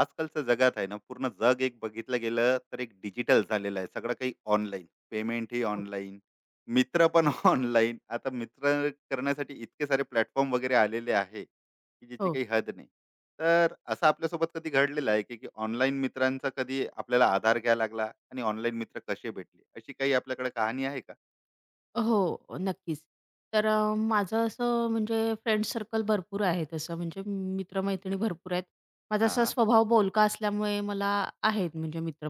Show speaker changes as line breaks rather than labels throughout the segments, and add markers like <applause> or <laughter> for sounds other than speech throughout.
आजकालच्या जगात आहे ना, पूर्ण जग एक बघितलं गेलं तर एक डिजिटल झालेलं आहे. सगळं काही ऑनलाईन. पेमेंट ही
हो,
ऑनलाईन, मित्र पण <laughs> ऑनलाईन. आता मित्र करण्यासाठी इतके सारे प्लॅटफॉर्म वगैरे आलेले आहे, की ज्याची
हो.
काही हद नाही. तर असं आपल्यासोबत कधी घडलेलं आहे, की की ऑनलाईन मित्रांचा कधी आपल्याला आधार घ्यावा लागला आणि ऑनलाईन मित्र कसे भेटले, अशी काही आपल्याकडे कहाणी आहे का?
हो, नक्कीच. माझं असं म्हणजे फ्रेंड सर्कल भरपूर आहे तसं म्हणजे मित्र-मैत्रिणी भरपूर आहेत. माझा असा
हां.
स्वभाव बोलका असल्यामुळे मला आहेत म्हणजे मित्र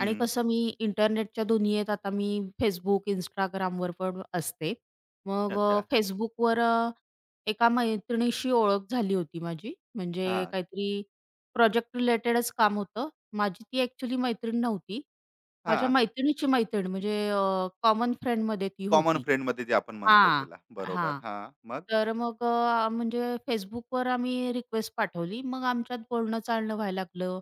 आणि कसं मी इंटरनेटच्या दुनियेत आता मी Facebook, Instagramवर पण असते.
अच्छा.
Facebookवर एका मैत्रिणीशी ओळख झाली होती माझी. म्हणजे
हां.
काहीतरी प्रोजेक्ट रिलेटेडच काम होतं. माझी ती ॲक्चुअली मैत्रीण नव्हती. माझ्या
हां.
मैत्रिणीची मैत्रीण म्हणजे कॉमन फ्रेंडमध्ये ती
कॉमन
होती.
फ्रेंडमध्ये जे आपण म्हणतो
हां,
त्याला. बरोबर.
हां.
हां. मग?
तर मग अ, म्हणजे Facebookवर आम्ही रिक्वेस्ट पाठवली. मग आमच्यात बोलणं-चालणं व्हायला लागलं.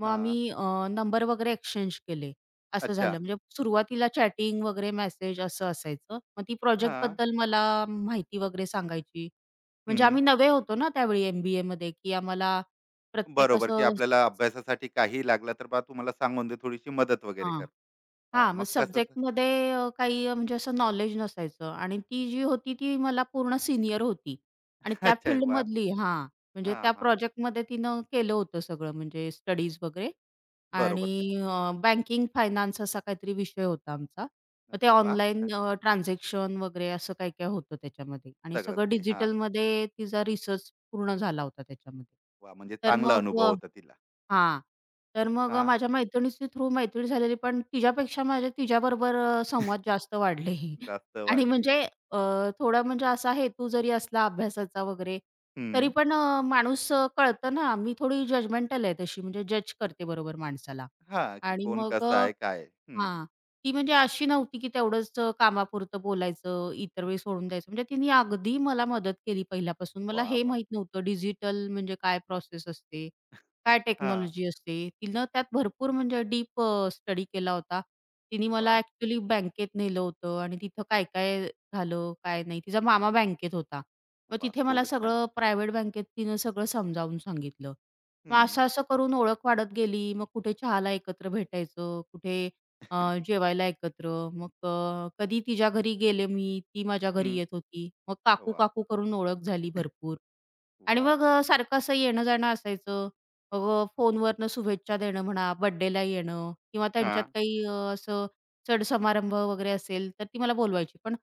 मग
हां.
आम्ही अ, नंबर वगैरे एक्सचेंज केले. असं
अच्छा.
झालं. म्हणजे सुरुवातीला चॅटिंग वगैरे मेसेज असं असायचं. मग ती
हां.
प्रोजेक्टबद्दल मला माहिती वगैरे सांगायची. म्हणजे आम्ही नवे होतो ना त्यावेळी एम-बी-एमध्ये, की आम्हाला प्रत्येक
बरोबर, की
असं
आपल्याला अभ्यासासाठी काही लागलं, तर बा तू सांगून दे, थोडीशी मदत वगैरे
हां.
कर. हां,
हां. मग
मग कसं तर
सब्जेक्टमध्ये अ, काही म्हणजे असं नॉलेज नसायचं आणि ती जी होती ती मला पूर्ण सीनियर होती आणि
<laughs>
त्या
अच्छा, वाह!
फील्डमधली हां, म्हणजे
हां,
त्या
हां.
प्रोजेक्टमध्ये तिनं केलं होतं सगळं म्हणजे स्टडीज वगैरे
बरोबर. ते
आणि बँकिंग फायनान्स असा काहीतरी विषय होता आमचा. मग ते
अरे वाह!
ऑनलाईन
छान.
अ, ट्रान्झॅक्शन वगैरे असं काय-काय होतं त्याच्यामध्ये आणि
सगळंच
सगळं
काही. हां,
डिजिटलमध्ये तिचा रिसर्च पूर्ण झाला होता त्याच्यामध्ये.
वाह! म्हणजे
तर
चांगला
मग
अनुभव
अ
होता तिला.
हां.
हां,
माझ्या मैत्रिणीच्या थ्रू मैत्री झालेली, पण तिच्यापेक्षा माझे तिच्याबरोबर संवाद जास्त वाढले. <laughs>
जास्त
आणि
वाढले.
म्हणजे अ, थोडा असा हेतू जरी असला अभ्यासाचा वगैरे, तरी
हं.
पण अ, माणूस कळतं ना, मी थोडी जजमेंटल आहे तशी, म्हणजे जज करते बरोबर माणसाला.
हां, की
आणि
कोण
मग
कसं
अ
आहे, काय आहे? हं.
हां. ती म्हणजे अशी नव्हती, की तेवढंच कामापुरतं बोलायचं, इतर वेळी सोडून द्यायचं. म्हणजे तिने अगदी मला मदत केली पहिल्यापासून. मला
वाह!
हे
वाह!
माहीत नव्हतं डिजिटल म्हणजे काय प्रोसेस असते, काय
हां.
टेक्नॉलॉजी असते. तिनं त्यात भरपूर म्हणजे डीप स्टडी केला होता. तिने मला
वाह!
ॲक्चुअली बँकेत नेलं होतं आणि तिथं काय-काय झालं, काय नाही. तिचा मामा बँकेत होता. मग
वाह!
तिथे मला
खूपच छान.
सगळं प्रायव्हेट बँकेत तिनं सगळं समजावून सांगितलं. मग
हं,
असं-असं करून ओळख वाढत गेली. मग कुठे चहाला एकत्र भेटायचं, कुठे जेवायला एकत्र. कधी तिच्या घरी गेले मी, ती माझ्या घरी
हं.
येत होती. मग
वाह!
काकू-काकू करून ओळख झाली भरपूर आणि
वाह! वाह!
सारखं असं येणं-जाणं असायचं. फोनवरनं शुभेच्छा देणं म्हणा, बर्थडेला येणं किंवा त्यांच्यात
हां.
काही अ, असं सण-समारंभ वगैरे असेल, तर ती मला बोलवायची. पण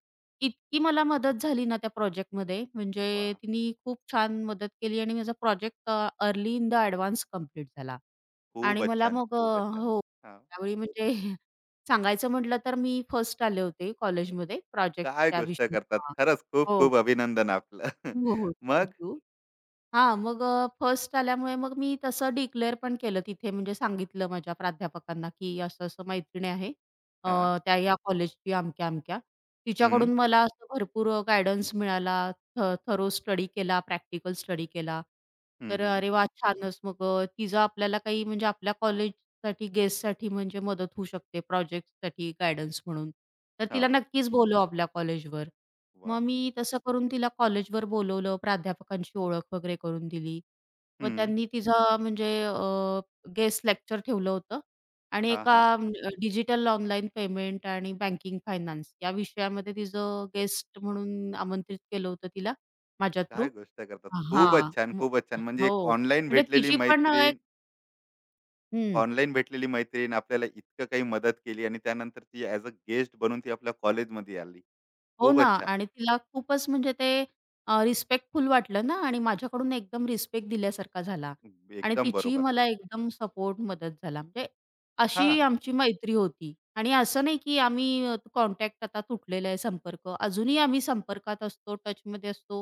इतकी मला मदत झाली ना त्या प्रोजेक्टमध्ये, म्हणजे
वाह!
तिने खूप छान मदत केली आणि माझा project early in the advance complete झाला. आणि
खूपच
मला
छान,
मग अ,
खूपच छान.
हो,
हां.
त्यावेळी म्हणजे <laughs> सांगायचं म्हटलं तर मी फर्स्ट आले होते कॉलेजमध्ये प्रोजेक्ट
काय
त्या
गोष्ट
विषयी
करतात.
हां.
खरंच
हो,
खूप-खूप अभिनंदन आपलं.
हो,
<laughs>
हो.
मग
थँक हां, मग फर्स्ट आल्यामुळे मग मी तसं डिक्लेअर पण केलं तिथे म्हणजे सांगितलं माझ्या प्राध्यापकांना, की असं-असं मैत्रीण आहे. अ,
हां.
त्या या कॉलेजची अमक्या-अमक्या.
हं,
तिच्याकडून मला असं भरपूर मिळाला. थ थरो स्टडी केला, प्रॅक्टिकल स्टडी केला.
हं,
तर
हं.
अरे वाह! छानच. तिचं आपल्याला काही म्हणजे आपल्या कॉलेजसाठी गेस्टसाठी म्हणजे मदत होऊ शकते, प्रोजेक्टसाठी गाईडन्स म्हणून. तर तिला
हां.
नक्कीच बोलवू आपल्या कॉलेजवर. मग
वाह!
मी तसं करून तिला कॉलेजवर बोलवलं, प्राध्यापकांची ओळख वगैरे करून दिली. मग
हं.
त्यांनी तिचा म्हणजे अ, गेस्ट लेक्चर ठेवलं होतं आणि
हां,
एका
हां.
म्हणजे डिजिटल ऑनलाईन पेमेंट आणि बँकिंग फायनान्स या विषयामध्ये तिचं गेस्ट म्हणून आमंत्रित केलं होतं तिला माझ्या थ्रू.
काय गोष्ट करतात.
हां.
खूपच छान,
म
खूपच छान. म्हणजे
हो.
एक ऑनलाईन
म्हणजे
भेटलेली
तिची पण एक
मैत्रीण,
हं.
ऑनलाईन भेटलेली मैत्रीण आपल्याला इतकं काही मदत केली आणि त्यानंतर ती ॲज अ गेस्ट बनून ती आपल्या कॉलेजमध्ये आली.
हो ना
खूपच छान.
आणि तिला खूपच म्हणजे ते रिस्पेक्टफुल वाटलं ना आणि माझ्याकडून एकदम रिस्पेक्ट दिल्यासारखा झाला आणि
एकदम
तिचीही
बरोबर आहे.
मला एकदम सपोर्ट मदत झाला. म्हणजे
हां,
अशी
हां.
आमची मैत्री होती आणि असं नाही की आम्ही कॉन्टॅक्ट आता तुटलेला आहे संपर्क. अजूनही आम्ही संपर्कात असतो, टचमध्ये असतो.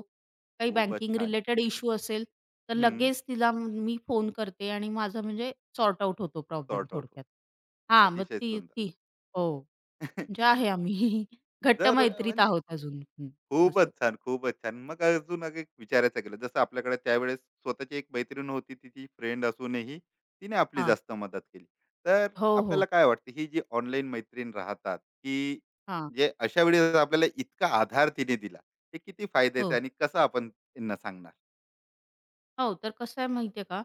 काही
खूपच
बँकिंग
छान.
रिलेटेड इश्यू असेल, तर
हं.
लगेच तिला मी फोन करते आणि माझं म्हणजे सॉर्ट आउट होतो प्रॉब्लेम
सॉर्ट आउट
थोडक्यात. हां, मग
अतिशय
ती ती
सुंदर.
हो. म्हणजे आहे
<laughs>
आम्ही <laughs> घट्ट
जर
मैत्रीत
म्हणजे
आहोत अजून हं,
खूपच
असं.
छान, खूपच छान. मग अजून अग एक विचारायचं गेलं, जसं आपल्याकडे त्यावेळेस स्वतःची एक मैत्रीण होती, तिची फ्रेंड असूनही तिने आपली
हां.
जास्त मदत केली. तर
हो, हो.
आपल्याला काय वाटतं, ही जी ऑनलाईन मैत्रीण राहतात, की
हां.
जे अशा वेळेस आपल्याला इतका आधार तिने दिला, हे किती
हो.
फायद्याचं आहे आणि कसं आपण त्यांना सांगणार?
हो, तर कसं आहे माहिती का,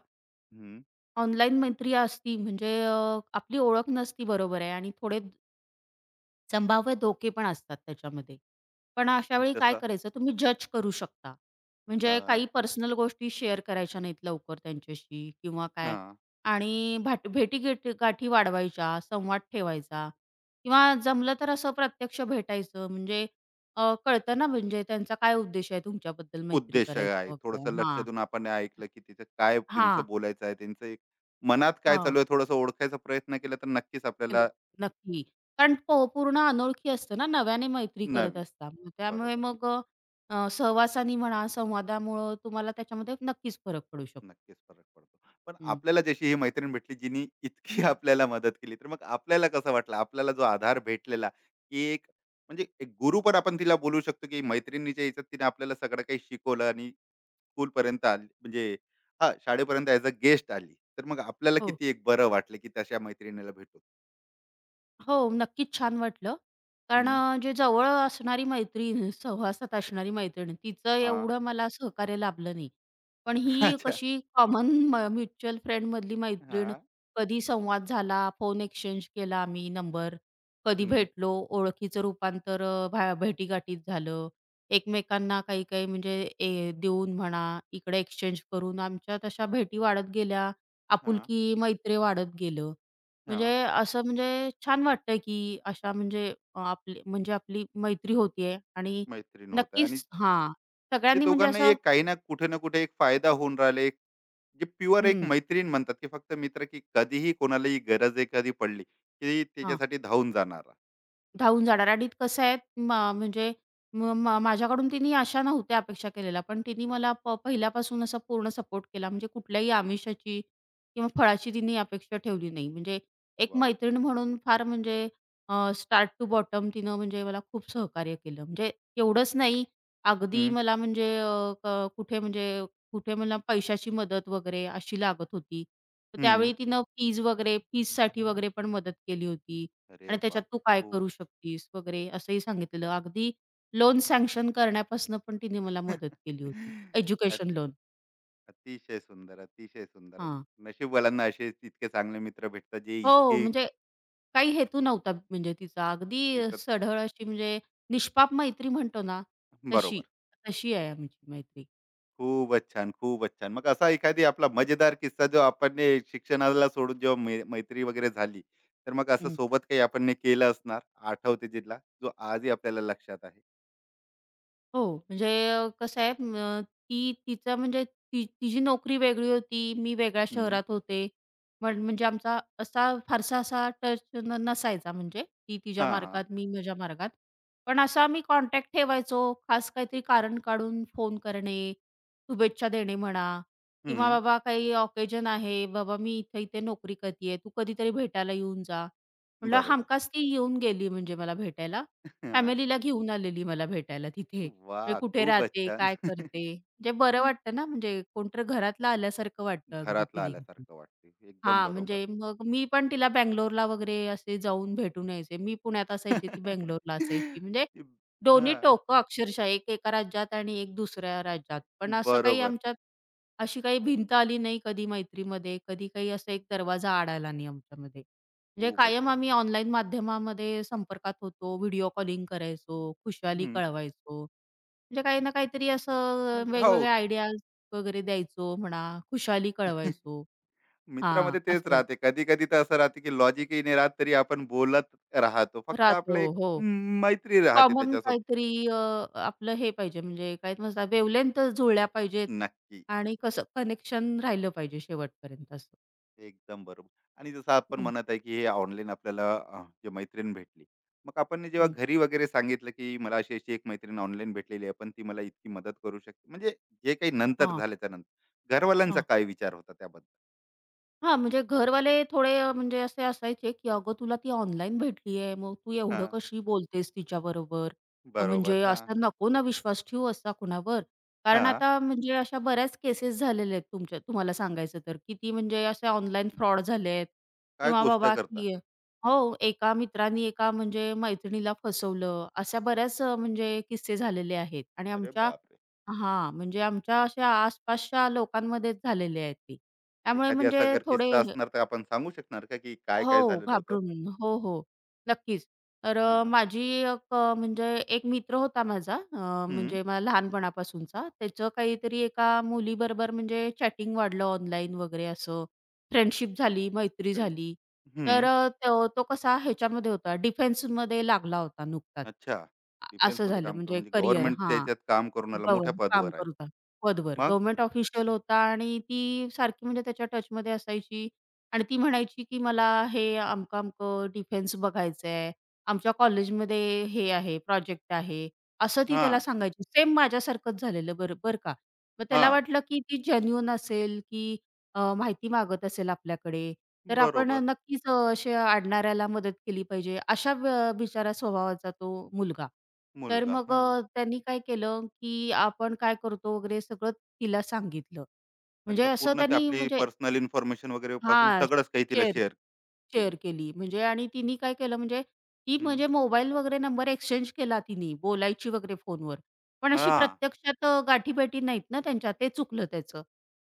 हं,
ऑनलाईन मैत्री असती म्हणजे आपली ओळख नसती बरोबर आहे आणि थोडे संभाव्य धोके पण असतात त्याच्यामध्ये. पण अशा वेळी काय
जसं
करायचं तुम्ही जज करू शकता. म्हणजे
अ,
काही पर्सनल गोष्टी शेअर करायच्या नाहीत लवकर त्यांच्याशी किंवा काय
हां,
आणि भेटीगेटी गाठी वाढवायच्या, संवाद ठेवायचा किंवा जमलं तर असं प्रत्यक्ष भेटायचं म्हणजे कळतं ना म्हणजे त्यांचा काय उद्देश आहे तुमच्याबद्दल मैत्री
उद्देश आहे.
करायचा वगैरे.
थोडंसं लक्ष
हां,
देऊन आपण ऐकलं, की तिचं काय त्यांचं
हां,
बोलायचं आहे, त्यांचं एक मनात काय
हो.
चालू आहे, थोडंसं ओळखायचा प्रयत्न केला, तर नक्कीच
केलं.
आपल्याला
नक्की. कारण पूर्ण अनोळखी असतं ना, नव्याने मैत्री करत
नवी
असता. मग त्यामुळे
बरोबर.
मग अ, अ, सहवासाने म्हणा, संवादामुळं तुम्हाला त्याच्यामध्ये नक्कीच फरक पडू शकतो.
नक्कीच फरक पडतो. पण
हं.
आपल्याला जशी ही मैत्रीण भेटली, जिनी इतकी <laughs> आपल्याला मदत केली, तर मग आपल्याला कसं वाटलं? आपल्याला जो आधार भेटलेला, की एक म्हणजे एक गुरु पण आपण तिला बोलू शकतो, की मैत्रिणीच्या ह्याच्यात तिने आपल्याला सगळं काही शिकवलं आणि स्कूलपर्यंत आली म्हणजे हां, शाळेपर्यंत ॲज अ गेस्ट आली. तर मग आपल्याला
हो.
किती एक बरं वाटलं, की तशा मैत्रिणीला भेटून.
हो, नक्कीच छान वाटलं. कारण
हं,
अ, जे जवळ असणारी मैत्रीण, सहवासात असणारी मैत्रीण, तिचं
हां.
एवढं मला सहकार्य लाभलं नाही. पण
<laughs>
ही
अच्छा.
कशी कॉमन म्युच्युअल फ्रेंडमधली मैत्रीण,
हां.
कधी संवाद झाला, फोन एक्सचेंज केला आम्ही नंबर, कधी
हं.
भेटलो, ओळखीचं रूपांतर अ, भा भेटीगाठीत झालं. एकमेकांना काही-काही म्हणजे ए देऊन म्हणा, इकडे एक्सचेंज करून आमच्या तशा भेटी वाढत गेल्या,
हां,
आपुलकी, मैत्री वाढत गेलं. म्हणजे
हां.
असं म्हणजे छान वाटतं, की अशा म्हणजे अ, आपली म्हणजे आपली मैत्री होतीये आणि
मैत्रीण होत आहे आणि
नक्कीच हां,
ते
सगळ्यांनी म्हणजे
दोघांनाही
असं
एक काही ना कुठे ना कुठे एक फायदा होऊन राहिला. जे प्युअर एक
हं,
मैत्रीण म्हणतात की फक्त मित्र, की कधीही कोणालाही गरज आहे कधी पडली की त्याच्यासाठी धावून जाणारा
धावून जाणार आणि कसं आहे मा म्हणजे म मा माझ्याकडून तिने अशा नव्हत्या अपेक्षा केलेल्या, पण तिने मला पहिल्यापासून असा पूर्ण सपोर्ट केला. म्हणजे कुठल्याही आमिषाची किंवा फळाची तिने अपेक्षा ठेवली नाही. म्हणजे एक
वा
मैत्रीण म्हणून फार म्हणजे स्टार्ट टू बॉटम तिनं म्हणजे मला खूप सहकार्य केलं. म्हणजे एवढंच नाही, अगदी
हम्म,
मला म्हणजे अ, क कुठे म्हणजे कुठे मला पैशाची मदत वगैरे अशी लागत होती. तर
हम्म.
त्यावेळी तिनं फीज वगैरे फीजसाठी वगैरे पण मदत केली होती.
अरे
आणि
वा
त्याच्यात तू काय
खूप
करू शकतीस वगैरे असंही सांगितलेलं. अगदी लोन सँक्शन करण्यापासून पण तिने मला मदत
<laughs>
केली होती.
अत-
एज्युकेशन लोन.
अतिशय सुंदर अतिशय सुंदर
हां.
नशीबवाल्यांना असे इतके चांगले मित्र भेटतात जे
हो,
इतके
म्हणजे काही हेतू नव्हता म्हणजे तिचा. अगदी
तिथं-
सढळ अशी म्हणजे निष्पाप मैत्री म्हणतो ना, तशी,
बरोबर
तशी आहे आमची मैत्री.
खूपच छान खूपच छान मग असा एखादी आपला मजेदार किस्सा जो आपण ने शिक्षणाला सोडून जेव्हा मैत्री वगैरे झाली, तर मग असं सोबत काही आपण ने केलं असणार आठवते जिल्हा जो आजही आपल्याला लक्षात आहे.
हो, म्हणजे अ, कसं आहे अ, ती तिचं म्हणजे ती तिची नोकरी वेगळी होती, मी वेगळ्या
हम्म
शहरात होते. पण म्हणजे आमचा असा फारसा असा टच नसायचा म्हणजे ती तिच्या
हां, हां.
मार्गात, मी माझ्या मार्गात. पण असा आम्ही कॉन्टॅक्ट ठेवायचो. खास काहीतरी कारण काढून फोन करणे, शुभेच्छा देणे म्हणा किंवा
हं.
बाबा काही ऑकेजन आहे, "बाबा मी इथे-इथे नोकरी करते तू कधीतरी भेटायला येऊन जा." म्हटलं
बरोबर.
हमखास ती येऊन गेली म्हणजे मला भेटायला.
<laughs> हां.
फॅमिलीला घेऊन आलेली मला भेटायला तिथे. म्हणजे
वाह!
कुठे
खूपच
राहते,
छान.
काय करते?
<laughs>
म्हणजे बरं वाटतं ना, म्हणजे कोणतरी घरातलं आल्यासारखं वाटतं अगदी
घरातला
फिलिंग.
आल्यासारखं वाटते. एकदम
हां,
बरोबर.
म्हणजे मग मी पण तिला बंगलोरला वगैरे असे जाऊन भेटून यायचे. मी पुण्यात असायची, ती बंगलोरला असायची.
<laughs>
म्हणजे दोन्ही
हां.
टोकं अक्षरशः एक एका राज्यात आणि एक दुसऱ्या राज्यात. पण असं काही
बरोबर.
आमच्यात अशी काही भिंत आली नाही कधी मैत्रीमध्ये, कधी काही असा एक दरवाजा आड नाही आमच्यामध्ये. म्हणजे
खूपच
कायम
छान.
आम्ही ऑनलाईन माध्यमामध्ये संपर्कात होतो, व्हिडिओ कॉलिंग करायचो, खुशाली
हं.
कळवायचो. म्हणजे काही ना काहीतरी असं
म्हणजे हो.
वेगवेगळ्या आयडियाज वगैरे द्यायचो म्हणा, खुशाली
<laughs>
कळवायचो. हां,
मित्रामध्ये तेच
असं झालं.
राहते. कधी-कधी तर असं राहते, की लॉजिकही नाही राहत, तरी आपण बोलत राहतो. फक्त
राहतो.
आपलं एक
हो.
मैत्री राहते
कॉमन
त्याच्यासोबत.
काहीतरी अ, आपलं हे पाहिजे म्हणजे काय म्हणतात वेव्हलेंथ जुळल्या पाहिजेत
नक्की.
आणि कसं कनेक्शन राहिलं पाहिजे शेवटपर्यंत असं.
एकदम बरोबर. आणि जसं आपण
हं,
म्हणत आहे, की हे ऑनलाईन आपल्याला जे मैत्रीण भेटली. मग आपण ने जेव्हा
हं.
घरी वगैरे सांगितलं, की मला अशी-अशी एक मैत्रीण ऑनलाईन भेटलेली आहे, पण ती मला इतकी मदत करू शकते. म्हणजे जे काही नंतर
हां,
झाल्याच्या नंतर. घरवाल्यांचा काय विचार होता त्याबद्दल?
हां, म्हणजे घरवाले थोडे अ, म्हणजे असे असायचे, की "अगं तुला ती ऑनलाईन भेटली आहे, मग तू एवढं
हां,
कशी बोलतेस तिच्याबरोबर?
बरोबर.
म्हणजे
हां,
असा नको ना विश्वास ठेवू असा कुणावर." कारण
हां.
आता म्हणजे अशा बऱ्याच केसेस झालेल्या आहेत तुमच्या तुम्हाला सांगायचं तर, की ती म्हणजे असे ऑनलाईन फ्रॉड झाले आहेत
काय
किंवा
गोष्ट
बाबा
करता?
की हो, एका मित्राने एका म्हणजे मैत्रिणीला फसवलं. अशा बऱ्याच म्हणजे किस्से झालेले आहेत आणि
अरे
आमच्या
बापरे!
हां, म्हणजे आमच्या अशा आसपासच्या लोकांमध्येच झालेली आहे ती. त्यामुळे
एखादी असा
म्हणजे
जर
थोडे
किस्सा असणार तर आपण सांगू शकणार का, की काय-काय
हो,
झालेलं होतं?
घाबरून हो, हो, नक्कीच. तर अ,
हां.
माझी एक अ, म्हणजे एक मित्र होता माझा
हं.
म्हणजे मला लहानपणापासूनचा. त्याचं काहीतरी एका मुलीबरोबर म्हणजे चॅटिंग वाढलं ऑनलाईन वगैरे असं. फ्रेंडशिप झाली, मैत्री
फ्रेंड
झाली. तर
हं.
अ, तो तो कसा ह्याच्यामध्ये होता डिफेन्समध्ये लागला होता नुकताच.
अच्छा.
असं
डिफेन्समध्ये
झालं
काम करून
म्हणजे
म्हणजे
करियर
गव्हर्नमेंटच्या
हां.
ह्याच्यात काम करून आला, मोठ्या
गव्हर्न काम
पदावर आहे.
करत होता. पदवर
मग?
गव्हर्नमेंट ऑफिशियल होता आणि ती सारखी म्हणजे त्याच्या टचमध्ये असायची आणि ती म्हणायची, की "मला हे अमकं-अमकं डिफेन्स बघायचं आहे. आमच्या कॉलेजमध्ये हे आहे, प्रोजेक्ट आहे." असं ती त्याला
हां,
सांगायची. सेम माझ्यासारखंच झालेलं बरं बरं का. मग त्याला
हां.
वाटलं, की ती जेन्युइन असेल, की माहिती मागत असेल आपल्याकडे, तर आपण
बरोबर.
नक्कीच असे अडणाऱ्याला मदत केली पाहिजे, अशा बिचारा स्वभावाचा तो मुलगा. तर
मुलगा.
मग
हां.
अ, त्यांनी काय केलं, की आपण काय करतो वगैरे सगळं तिला सांगितलं. म्हणजे
अच्छा,
असं
पूर्ण ते
त्यांनी
आपली
म्हणजे
पर्सनल इन्फॉर्मेशन वगैरे पासून
हां,
सगळंच काही तिला
शेअर
शेअर केली.
शेअर केली म्हणजे आणि तिने काय केलं म्हणजे ती
हं.
म्हणजे मोबाईल वगैरे नंबर एक्सचेंज केला तिनी, बोलायची वगैरे फोनवर. पण अशी
हां.
प्रत्यक्षात अ, गाठीभेटी नाहीत ना त्यांच्या, ते चुकलं त्याचं.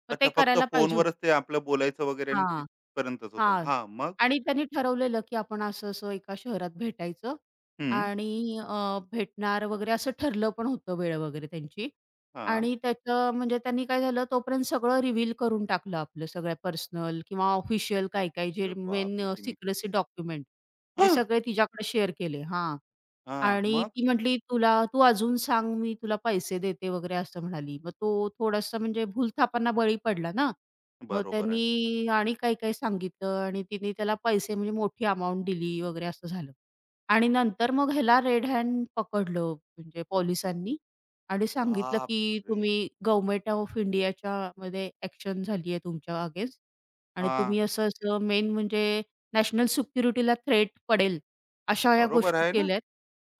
मग ते
अच्छा, फक्त
करायला पाहिजे होतं.
फोनवरच ते आपलं बोलायचं वगैरे आणि
हां.
तिथपर्यंतच होतं.
हां.
हां, मग?
आणि त्यांनी ठरवलेलं, की आपण असं-असं एका शहरात भेटायचं
हं.
आणि भेटणार वगैरे असं ठरलं पण होतं वेळ वगैरे त्यांची.
हां.
आणि त्याचं म्हणजे त्यांनी काय झालं तोपर्यंत सगळं रिव्हील करून टाकलं आपलं सगळ्या पर्सनल किंवा ऑफिशियल काय-काय
अरे
जे मेन
बापरे!
अ,
की मी
सिक्रेसी डॉक्युमेंट ते सगळे तिच्याकडे शेअर केले. हां.
हां,
आणि
मग?
ती म्हटली, "तुला तू अजून सांग, मी तुला पैसे देते" वगैरे असं म्हणाली. मग तो थोडासा म्हणजे भूलथापांना बळी पडला ना. मग
बरोबर आहे.
त्यांनी आणि काही-काही सांगितलं आणि तिने त्याला पैसे म्हणजे मोठी अमाउंट दिली वगैरे असं झालं. आणि
अरे
नंतर मग ह्याला रेड हँड पकडलं म्हणजे पोलिसांनी आणि सांगितलं, की
बापरे!
"तुम्ही गव्हर्नमेंट ऑफ इंडियाच्या मध्ये ॲक्शन झाली आहे तुमच्या अगेन्स्ट आणि
हां.
तुम्ही असं-असं मेन म्हणजे नॅशनल सिक्युरिटीला थ्रेट पडेल, अशा ह्या
बरोबर
गोष्टी
आहे ना?
केल्यात."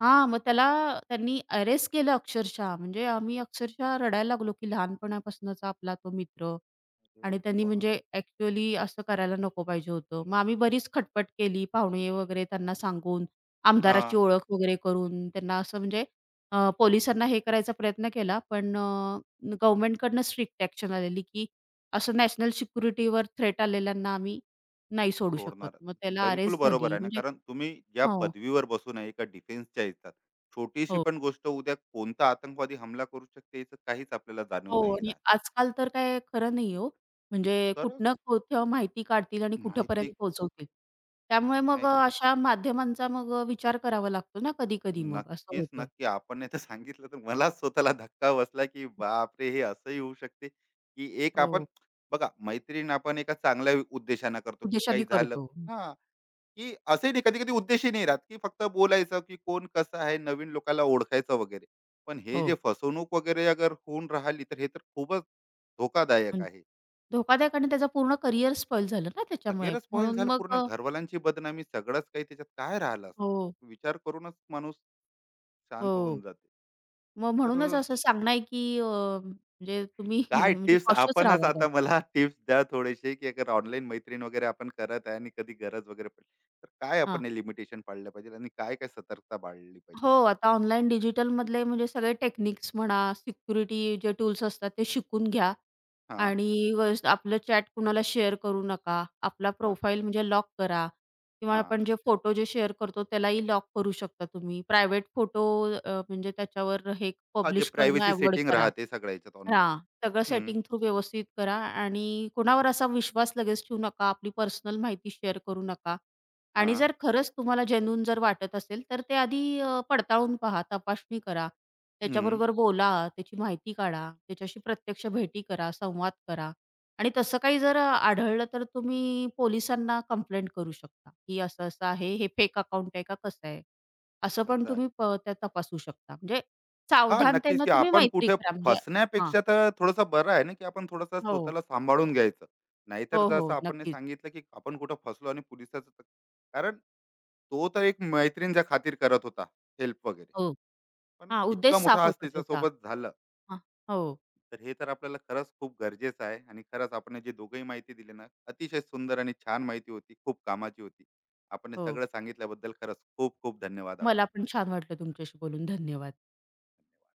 हां, मग त्याला त्यांनी अरेस्ट केलं अक्षरशः. म्हणजे आम्ही अक्षरशः रडायला लागलो, की लहानपणापासूनचा आपला तो मित्र
अरे
आणि त्यांनी म्हणजे
बापरे!
ॲक्चुअली असं करायला नको पाहिजे होतं. मग आम्ही बरीच खटपट केली, पाहुणे वगैरे त्यांना सांगून,
हां.
आमदाराची ओळख वगैरे करून त्यांना असं म्हणजे पोलिसांना हे करायचा प्रयत्न केला. पण गव्हर्नमेंटकडनं स्ट्रिक्ट ॲक्शन आलेली, की असं नॅशनल सिक्युरिटीवर थ्रेट आलेल्यांना आम्ही नाही सोडू शकत.
सोडणार.
मग त्याला
बिलकुल
अरेस्ट
बरोबर
झाली
आहे ना,
म्हणजे
कारण तुम्ही ज्या
हो,
पदवीवर बसून आहे एका डिफेन्सच्या ह्याच्यात, छोटीशी
हो.
पण गोष्ट उद्या कोणता आतंकवादी हमला करू शकते याचं काहीच आपल्याला जाणीव
हो
नाही
आणि
राहत.
आजकाल तर काय खरं नाही हो. म्हणजे
तर
कुठनं कुठं माहिती काढतील आणि
माहिती
कुठपर्यंत पोहोचवतील. त्यामुळे मग
नाही,
अ, अशा माध्यमांचा मग अ, विचार करावा लागतो ना कधी-कधी मग असं
नक्कीच,
होतं.
नक्की आपण नाही तर सांगितलं तर मलाच स्वतःला धक्का बसला, की बापरे! हे असंही होऊ शकते, की एक आपण
हो.
बघा मैत्रीण आपण एका चांगल्या उद्देशानं करतो, की काही
उद्देशाने
झालं
करतो.
हां. की असे नाही, कधी-कधी उद्देशही नाही राहत, की फक्त बोलायचं, की कोण कसं आहे, नवीन लोकाला ओळखायचं वगैरे. पण हे जे
हो.
फसवणूक वगैरे अगर होऊन राहिली, तर हे तर खूपच धोकादायक
म्हणजे
आहे.
धोकादायक आणि त्याचं पूर्ण करिअर स्पॉईल झालं ना त्याच्यामुळे.
करिअरच स्पॉईल झालं पूर्ण, घरवाल्यांची बदनामी, सगळंच काही त्याच्यात काय राहिलं
हो,
असतं? विचार करूनच माणूस शांत
हो.
होऊन जाते.
मग म्हणूनच
तर
असं सांगणं आहे की अ, म्हणजे तुम्ही
काय
<laughs> म्हणजे
टिप्स
कॉशियस
आपणच
राहावा बाबा.
आता मला टिप्स द्या थोडेसे, की अगर ऑनलाईन मैत्रीण वगैरे आपण करत आहे आणि कधी गरज वगैरे पडली, तर काय आपण लिमिटेशन पाळलं पाहिजे आणि काय-काय सतर्कता बाळगली पाहिजे
हो,
आपण?
आता ऑनलाईन डिजिटलमधले म्हणजे सगळे टेक्निक्स म्हणा, सिक्युरिटी जे टूल्स असतात ते शिकून घ्या
हां,
आणि आपलं चॅट कुणाला शेअर करू नका. आपला प्रोफाईल म्हणजे लॉक करा किंवा
हां.
आपण जे फोटो जे शेअर करतो त्यालाही लॉक करू शकता तुम्ही. प्रायव्हेट फोटो म्हणजे त्याच्यावर हे
हां, जे
पब्लिश करणं
प्रायव्हसी
अव्हॉइड
सेटिंग
करा.
राहते सगळ्या ह्याच्यात ऑनलाईन.
हां. सगळं
हं.
सेटिंग थ्रू व्यवस्थित करा आणि कोणावर असा विश्वास लगेच ठेवू नका. आपली पर्सनल माहिती शेअर करू नका आणि
हां.
जर खरंच तुम्हाला जेन्युइन जर वाटत असेल, तर ते आधी पडताळून पहा, तपासणी करा.
हं.
त्याच्याबरोबर बोला, त्याची माहिती काढा, त्याच्याशी प्रत्यक्ष भेटी करा, संवाद करा आणि तसं काही जर आढळलं, तर तुम्ही पोलिसांना कंप्लेंट करू शकता, की असं-असं आहे, हे फेक अकाउंट आहे का कसं आहे? असं पण
तसं आहे.
तुम्ही प त्या तपासू शकता. म्हणजे
हां, नक्कीच
सावधानतेनं
की
तुम्ही
आपण
मैत्री
कुठे
करा म्हणजे हां.
फसण्यापेक्षा तर थोडंसं बरं आहे ना, की आपण थोडंसं
हो.
स्वतःला सांभाळून घ्यायचं. नाहीतर
हो,
जसं
हो.
आपण हे
नक्कीच.
सांगितलं, की आपण कुठं फसलो आणि पोलिसाचं तक कारण तो तर एक मैत्रीणच्या खातीर करत होता हेल्प वगैरे.
हो.
पण
हां, उद्देश
इतका मोठा
साफ
आज
होता त्याचा.
त्याच्यासोबत झालं.
हां. हो,
तर हे तर आपल्याला खरंच खूप गरजेचं आहे आणि खरंच आपण जे दोघंही माहिती दिली ना, अतिशय सुंदर आणि छान माहिती होती, खूप कामाची होती. आपण हे
हो.
सगळं सांगितल्याबद्दल खरंच खूप खूप धन्यवाद आपले.
मला पण छान वाटलं तुमच्याशी बोलून. धन्यवाद.
धन्यवाद.